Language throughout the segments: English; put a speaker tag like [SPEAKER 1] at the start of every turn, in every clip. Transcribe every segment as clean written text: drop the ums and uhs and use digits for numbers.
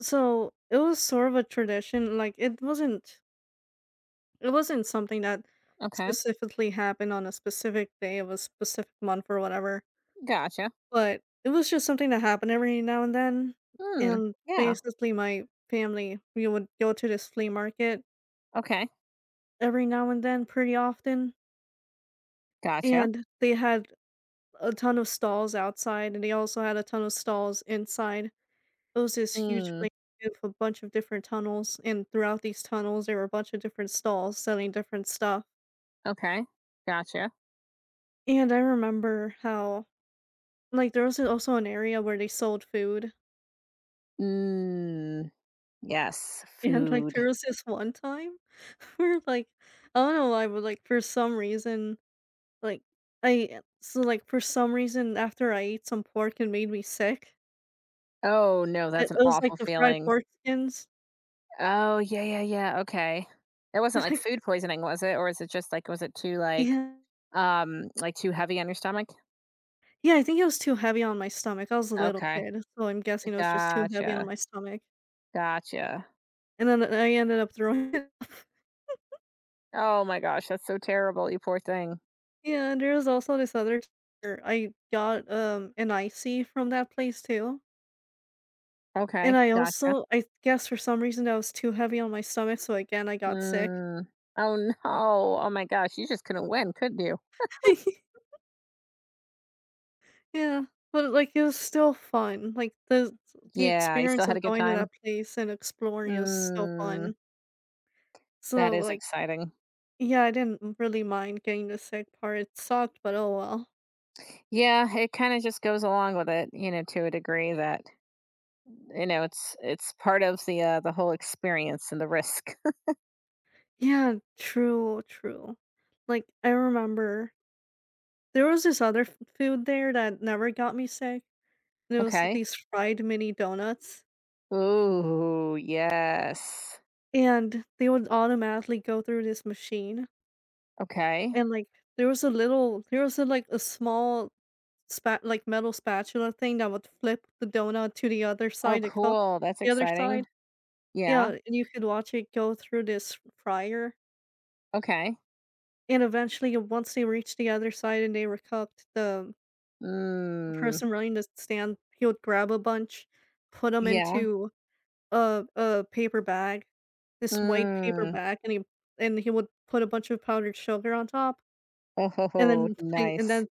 [SPEAKER 1] So, it was sort of a tradition, like, it wasn't something that
[SPEAKER 2] Okay.
[SPEAKER 1] specifically happened on a specific day of a specific month or whatever,
[SPEAKER 2] Gotcha.
[SPEAKER 1] but it was just something that happened every now and then,
[SPEAKER 2] Hmm.
[SPEAKER 1] and
[SPEAKER 2] Yeah.
[SPEAKER 1] basically my family, we would go to this flea market
[SPEAKER 2] Okay.
[SPEAKER 1] every now and then pretty often,
[SPEAKER 2] Gotcha.
[SPEAKER 1] and they had a ton of stalls outside, and they also had a ton of stalls inside. It was this huge
[SPEAKER 2] Mm.
[SPEAKER 1] place with a bunch of different tunnels, and throughout these tunnels, there were a bunch of different stalls selling different stuff.
[SPEAKER 2] Okay. Gotcha.
[SPEAKER 1] And I remember how, like, there was also an area where they sold food.
[SPEAKER 2] Mm. Yes.
[SPEAKER 1] And, like,
[SPEAKER 2] Food.
[SPEAKER 1] there was this one time where, like, I don't know why, but, like, for some reason, like, for some reason, after I ate some pork, it made me sick.
[SPEAKER 2] Oh no, that's
[SPEAKER 1] It,
[SPEAKER 2] an
[SPEAKER 1] it was like
[SPEAKER 2] awful
[SPEAKER 1] the fried
[SPEAKER 2] feeling.
[SPEAKER 1] pork skins.
[SPEAKER 2] Oh yeah, yeah, yeah. Okay. It wasn't
[SPEAKER 1] And,
[SPEAKER 2] like
[SPEAKER 1] like,
[SPEAKER 2] food poisoning, was it? Or is it just like was it too
[SPEAKER 1] yeah.
[SPEAKER 2] like too heavy on your stomach?
[SPEAKER 1] Yeah, I think it was too heavy on my stomach, I was a little
[SPEAKER 2] Okay.
[SPEAKER 1] kid, so I'm guessing it was just too heavy on
[SPEAKER 2] Gotcha.
[SPEAKER 1] my stomach,
[SPEAKER 2] Gotcha.
[SPEAKER 1] and then I ended up throwing it.
[SPEAKER 2] Oh my gosh, that's so terrible, you poor thing.
[SPEAKER 1] Yeah, and there was also this other t I got, an icy from that place too, and
[SPEAKER 2] Okay,
[SPEAKER 1] I
[SPEAKER 2] gotcha.
[SPEAKER 1] also I guess for some reason that was too heavy on my stomach, so again, I got sick.
[SPEAKER 2] Mm. Oh no. Oh my gosh, you just couldn't win, could you?
[SPEAKER 1] Yeah, but, like, it was still fun, like, the
[SPEAKER 2] Yeah, you still
[SPEAKER 1] experience
[SPEAKER 2] had a
[SPEAKER 1] of
[SPEAKER 2] good
[SPEAKER 1] going to
[SPEAKER 2] time?
[SPEAKER 1] that place and exploring is still
[SPEAKER 2] Mm,
[SPEAKER 1] fun,
[SPEAKER 2] that
[SPEAKER 1] so,
[SPEAKER 2] is
[SPEAKER 1] like,
[SPEAKER 2] exciting.
[SPEAKER 1] yeah, I didn't really mind getting the sick part, it sucked, but oh well.
[SPEAKER 2] Yeah, it kind of just goes along with it, you know, to a degree that you know it's part of the whole experience and the risk.
[SPEAKER 1] Yeah, true, true. Like, I remember there was this other f food there that never got me sick, and it was
[SPEAKER 2] Okay.
[SPEAKER 1] these fried mini donuts,
[SPEAKER 2] Ooh, yes.
[SPEAKER 1] and they would automatically go through this machine,
[SPEAKER 2] Okay.
[SPEAKER 1] and, like, there was a, like, a small metal spatula thing that would flip the donut to the other
[SPEAKER 2] Oh,
[SPEAKER 1] side to cook
[SPEAKER 2] cool. That's
[SPEAKER 1] the other
[SPEAKER 2] exciting.
[SPEAKER 1] side. Yeah,
[SPEAKER 2] Yeah.
[SPEAKER 1] and you could watch it go through this fryer,
[SPEAKER 2] Okay.
[SPEAKER 1] and eventually, once they reached the other side and they were cooked, the
[SPEAKER 2] Mm,
[SPEAKER 1] person running the stand, he would grab a bunch, put them
[SPEAKER 2] yeah.
[SPEAKER 1] into a paper bag, this white paper
[SPEAKER 2] Mm.
[SPEAKER 1] bag, and he would put a bunch of powdered sugar on top,
[SPEAKER 2] Oh, ho,
[SPEAKER 1] and
[SPEAKER 2] ho,
[SPEAKER 1] then
[SPEAKER 2] nice.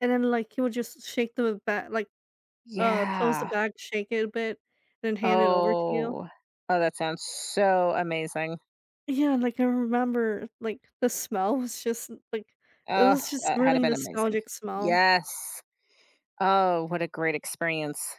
[SPEAKER 1] and then, like, he would just shake the bag like, close the
[SPEAKER 2] Yeah.
[SPEAKER 1] bag, shake it a bit, and then hand it over to you.
[SPEAKER 2] Oh. Oh, that sounds so amazing.
[SPEAKER 1] Yeah, like, I remember, like, the smell was just, like it
[SPEAKER 2] Oh,
[SPEAKER 1] was just
[SPEAKER 2] that had
[SPEAKER 1] really
[SPEAKER 2] been amazing.
[SPEAKER 1] nostalgic smell.
[SPEAKER 2] Yes. Oh, what a great experience.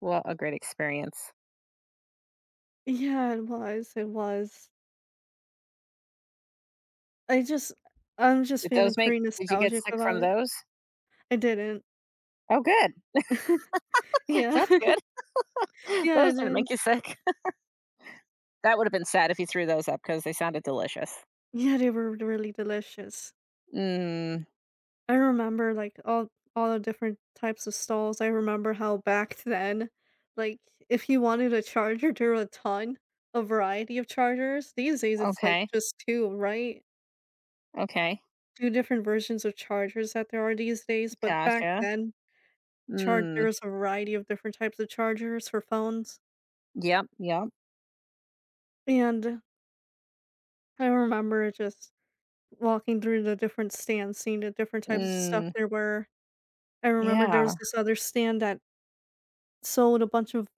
[SPEAKER 2] What a great experience.
[SPEAKER 1] Yeah, it was, it was. I just I'm just
[SPEAKER 2] Did
[SPEAKER 1] feeling
[SPEAKER 2] those make
[SPEAKER 1] pretty
[SPEAKER 2] did you get
[SPEAKER 1] nostalgic
[SPEAKER 2] sick
[SPEAKER 1] about
[SPEAKER 2] from
[SPEAKER 1] it.
[SPEAKER 2] those?
[SPEAKER 1] I didn't.
[SPEAKER 2] Oh, good.
[SPEAKER 1] Yeah.
[SPEAKER 2] That's good.
[SPEAKER 1] Yeah,
[SPEAKER 2] Those
[SPEAKER 1] it
[SPEAKER 2] didn't
[SPEAKER 1] is.
[SPEAKER 2] make you sick. That would have been sad if you threw those up because they sounded delicious.
[SPEAKER 1] Yeah, they were really delicious.
[SPEAKER 2] Mm,
[SPEAKER 1] I remember, like, all the different types of stalls. I remember how back then, like, if you wanted a charger, there were a ton, a variety of chargers. These days, it's, like,
[SPEAKER 2] okay,
[SPEAKER 1] just 2, right?
[SPEAKER 2] okay.
[SPEAKER 1] 2 different versions of chargers that there are these days, but back
[SPEAKER 2] Gotcha.
[SPEAKER 1] then, char there
[SPEAKER 2] Mm,
[SPEAKER 1] was a variety of different types of chargers for phones,
[SPEAKER 2] yep, yep.
[SPEAKER 1] and I remember just walking through the different stands, seeing the different types of stuff
[SPEAKER 2] Mm,
[SPEAKER 1] there were. I remember there
[SPEAKER 2] yeah.
[SPEAKER 1] was this other stand that sold a bunch of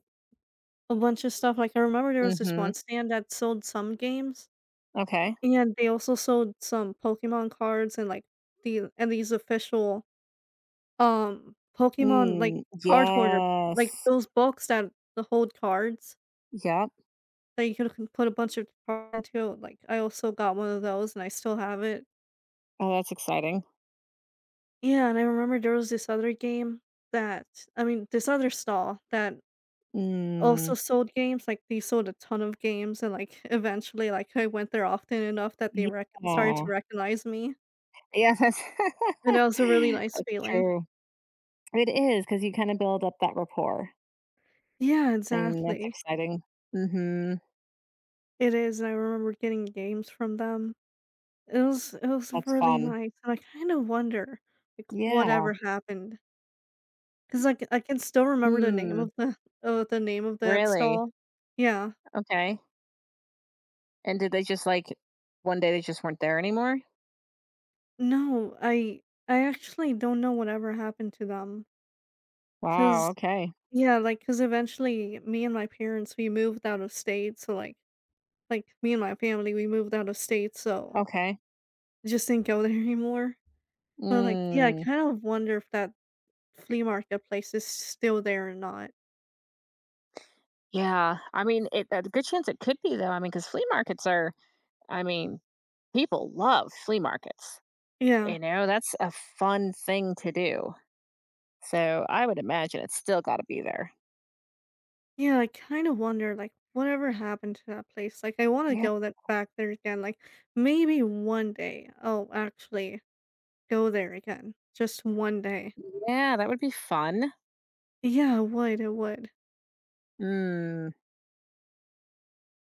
[SPEAKER 1] a bunch of stuff, like, I remember there was this
[SPEAKER 2] Mhm.
[SPEAKER 1] one stand that sold some games,
[SPEAKER 2] Okay.
[SPEAKER 1] and they also sold some Pokemon cards and, like, these official, Pokemon, like,
[SPEAKER 2] Mm,
[SPEAKER 1] card hoarder like,
[SPEAKER 2] yes.
[SPEAKER 1] those books that the hold cards
[SPEAKER 2] Yep.
[SPEAKER 1] that you can put a bunch of cards into, like, I also got one of those and I still have it.
[SPEAKER 2] Oh, that's exciting.
[SPEAKER 1] Yeah, and I remember there was this other game that this other stall that
[SPEAKER 2] Mm,
[SPEAKER 1] also sold games, like, they sold a ton of games, and, like, eventually, like, I went there often enough that they rec started to
[SPEAKER 2] yeah.
[SPEAKER 1] recognize me,
[SPEAKER 2] Yeah, that's
[SPEAKER 1] and that was a really nice
[SPEAKER 2] that's
[SPEAKER 1] feeling.
[SPEAKER 2] true. It is because you kinda build up that rapport,
[SPEAKER 1] Yeah,
[SPEAKER 2] and that's
[SPEAKER 1] exactly.
[SPEAKER 2] exciting. Mhm.
[SPEAKER 1] It is, and I remember getting games from them. It was
[SPEAKER 2] That's
[SPEAKER 1] really
[SPEAKER 2] fun.
[SPEAKER 1] nice, and I kinda wonder, like,
[SPEAKER 2] Yeah.
[SPEAKER 1] whatever happened because like I can still remember the name
[SPEAKER 2] Hmm.
[SPEAKER 1] of the name of that
[SPEAKER 2] Really?
[SPEAKER 1] stall. Yeah.
[SPEAKER 2] Okay. And did they just, like one day they just weren't there anymore?
[SPEAKER 1] No, I actually don't know whatever happened to them.
[SPEAKER 2] Wow,
[SPEAKER 1] Cause
[SPEAKER 2] okay.
[SPEAKER 1] yeah, like cause eventually me and my parents, we moved out of state, so, like, me and my family, we moved out of state, so
[SPEAKER 2] Okay.
[SPEAKER 1] just didn't go there anymore. But, like, yeah, I
[SPEAKER 2] Mm.
[SPEAKER 1] kind of wonder if that flea market place is still there or not.
[SPEAKER 2] Yeah. I mean, it a good chance it could be, though, I mean, because flea markets are I mean, people love flea markets,
[SPEAKER 1] Yeah.
[SPEAKER 2] you know? That's a fun thing to do. So I would imagine it's still gotta be there.
[SPEAKER 1] Yeah, I kind of wonder, like, whatever happened to that place? Like, I wanna
[SPEAKER 2] Yeah.
[SPEAKER 1] go that back there again, like, maybe one day I'll actually go there again, just one day.
[SPEAKER 2] Yeah, that would be fun.
[SPEAKER 1] Yeah, it would, it would.
[SPEAKER 2] Mm,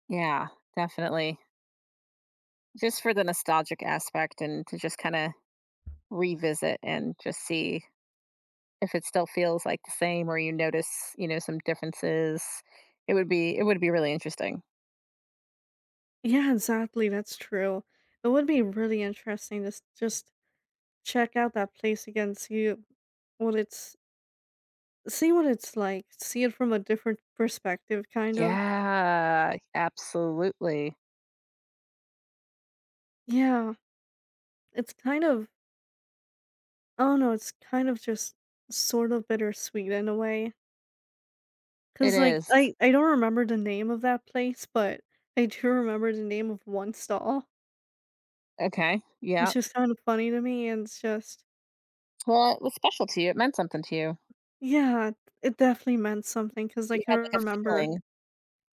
[SPEAKER 2] yeah, definitely. Just for the nostalgic aspect and to just kinda revisit and just see if it still feels like the same or you notice, you know, some differences. It would be really interesting.
[SPEAKER 1] Yeah, exactly, that's true. It would be really interesting to just check out that place again, what it's see what it's like, see it from a different perspective kind of.
[SPEAKER 2] Yeah, absolutely.
[SPEAKER 1] Yeah, it's kind of I don't know, it's kind of just sort of bittersweet in a way.
[SPEAKER 2] It
[SPEAKER 1] Cause like
[SPEAKER 2] is.
[SPEAKER 1] I don't remember the name of that place, but I do remember the name of one stall,
[SPEAKER 2] Okay, yeah.
[SPEAKER 1] which is kind of funny to me and it's just
[SPEAKER 2] Well, it was special to you, it meant something to you.
[SPEAKER 1] Yeah, it definitely meant something. Cause
[SPEAKER 2] You
[SPEAKER 1] like, I
[SPEAKER 2] had, like, a
[SPEAKER 1] remember
[SPEAKER 2] feeling.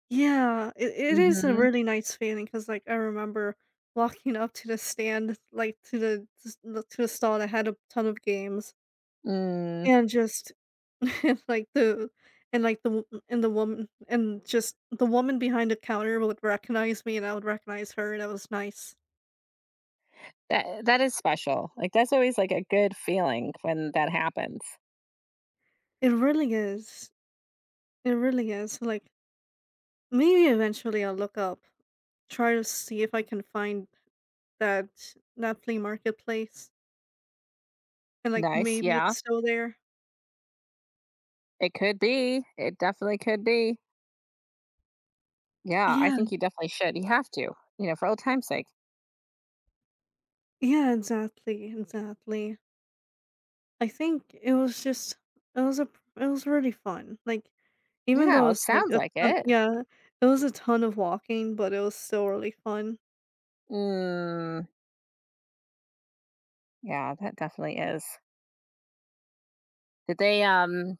[SPEAKER 1] Yeah, it is a
[SPEAKER 2] Mhm.
[SPEAKER 1] really nice feeling. Cause like, I remember walking up to the stand, like, to the stall that had a ton of games
[SPEAKER 2] Mm.
[SPEAKER 1] and just and, like, the and, like, the w and the woman and just the woman behind the counter would recognize me and I would recognize her, that was nice.
[SPEAKER 2] That that is special. Like, that's always, like, a good feeling when that happens.
[SPEAKER 1] It really is. It really is, like, maybe eventually I'll look up, try to see if I can find that that flea marketplace, and, like,
[SPEAKER 2] Nice,
[SPEAKER 1] maybe
[SPEAKER 2] yeah.
[SPEAKER 1] it's still there.
[SPEAKER 2] It could be. It definitely could be. Yeah, I
[SPEAKER 1] Yeah,
[SPEAKER 2] think you definitely should. You have to, you know, for old time's sake.
[SPEAKER 1] yeah, exactly, exactly. I think it was a it was really fun, like, even
[SPEAKER 2] Yeah,
[SPEAKER 1] though
[SPEAKER 2] well, it
[SPEAKER 1] it's, like,
[SPEAKER 2] sounds like it.
[SPEAKER 1] it was a ton of walking, but it was still really fun.
[SPEAKER 2] Mm, yeah, that definitely is. Did they, um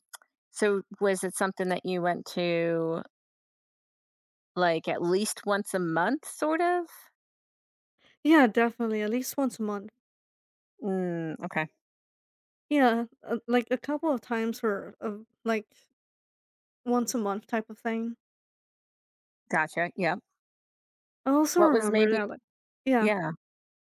[SPEAKER 2] so was it something that you went to, like, at least once a month, sort of?
[SPEAKER 1] Yeah, definitely, at least once a month.
[SPEAKER 2] Mm, okay.
[SPEAKER 1] Yeah, like, a couple of times for, like, once a month type of thing.
[SPEAKER 2] Gotcha, yep.
[SPEAKER 1] I also
[SPEAKER 2] What was
[SPEAKER 1] remember
[SPEAKER 2] maybe
[SPEAKER 1] that, like yeah,
[SPEAKER 2] Yeah.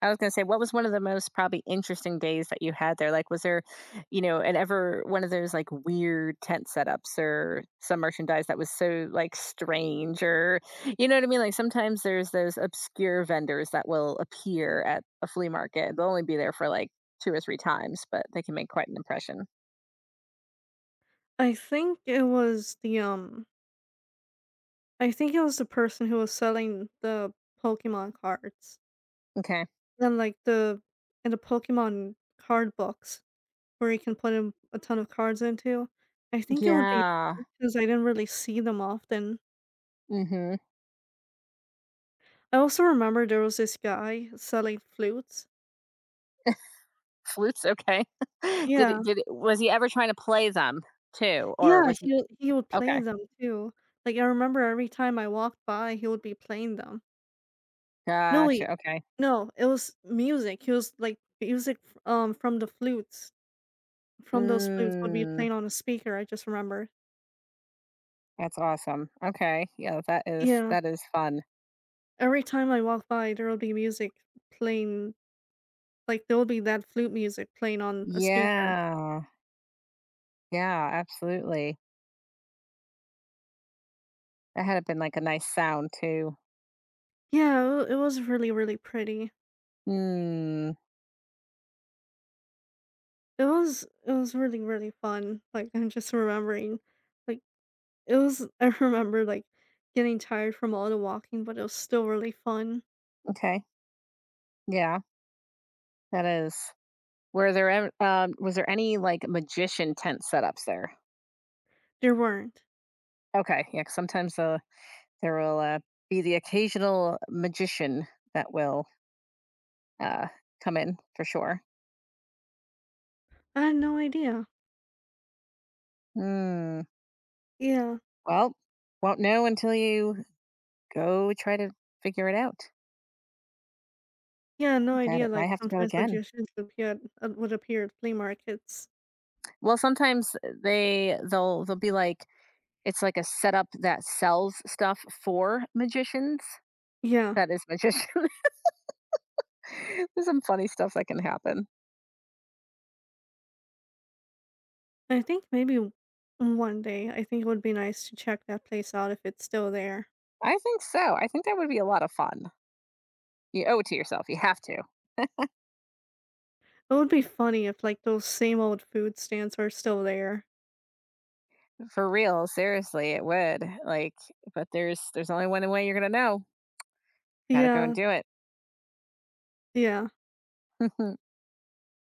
[SPEAKER 2] I was gonna say, what was one of the most probably interesting days that you had there? Like, was there, you know, and ever one of those like weird tent setups or some merchandise that was so like strange or, you know what I mean? Like sometimes there's those obscure vendors that will appear at a flea market. They'll only be there for like two or three times, but they can make quite an impression.
[SPEAKER 1] I think it was I think it was the person who was selling the Pokemon cards.
[SPEAKER 2] Okay.
[SPEAKER 1] Then like the and the Pokemon card books where you can put in a ton of cards into. I think it would be
[SPEAKER 2] Yeah.
[SPEAKER 1] because I didn't really see them often.
[SPEAKER 2] Mm-hmm.
[SPEAKER 1] I also remember there was this guy selling flutes.
[SPEAKER 2] Flutes. Okay. did
[SPEAKER 1] Yeah.
[SPEAKER 2] it? Did it? Was he ever trying to play them too, or
[SPEAKER 1] Yeah,
[SPEAKER 2] was he?
[SPEAKER 1] he would play
[SPEAKER 2] Okay.
[SPEAKER 1] them too. Like I remember every time I walked by he would be playing them. No wait.
[SPEAKER 2] Gotcha. Okay.
[SPEAKER 1] No, it was music. He was like music from the flutes. From those flutes would be
[SPEAKER 2] Mm,
[SPEAKER 1] playing on a speaker, I just remember.
[SPEAKER 2] that's awesome. Okay. Yeah, that is
[SPEAKER 1] Yeah.
[SPEAKER 2] that is fun.
[SPEAKER 1] Every time I walk by, there will be music playing, like, there will be that flute music playing on a speaker.
[SPEAKER 2] Yeah. Yeah, absolutely. That had been like a nice sound too.
[SPEAKER 1] Yeah, it was really, really pretty.
[SPEAKER 2] Mm,
[SPEAKER 1] It was really, really fun, like, I'm just remembering, like, it was I remember, like, getting tired from all the walking, but it was still really fun.
[SPEAKER 2] okay. Yeah, that is. Was there any like magician tent setups there?
[SPEAKER 1] There weren't.
[SPEAKER 2] Okay. Yeah, 'cause sometimes there will be the occasional magician that will uh come in for sure.
[SPEAKER 1] I had no idea.
[SPEAKER 2] Mm,
[SPEAKER 1] Yeah.
[SPEAKER 2] well, won't know until you go try to figure it out.
[SPEAKER 1] Yeah, no
[SPEAKER 2] Got
[SPEAKER 1] idea,
[SPEAKER 2] it. I
[SPEAKER 1] like,
[SPEAKER 2] have to go
[SPEAKER 1] sometimes
[SPEAKER 2] again.
[SPEAKER 1] magicians appear. Would appear at flea markets.
[SPEAKER 2] Well, sometimes they'll be like it's like a setup that sells stuff for magicians.
[SPEAKER 1] Yeah.
[SPEAKER 2] That is magician. There's some funny stuff that can happen.
[SPEAKER 1] I think maybe one day, I think it would be nice to check that place out if it's still there.
[SPEAKER 2] I think so. I think that would be a lot of fun. You owe it to yourself. You have to.
[SPEAKER 1] It would be funny if like those same old food stands are still there.
[SPEAKER 2] For real, seriously, it would. Like, but there's only one way you're gonna know. Gotta go and
[SPEAKER 1] Yeah,
[SPEAKER 2] do it.
[SPEAKER 1] yeah.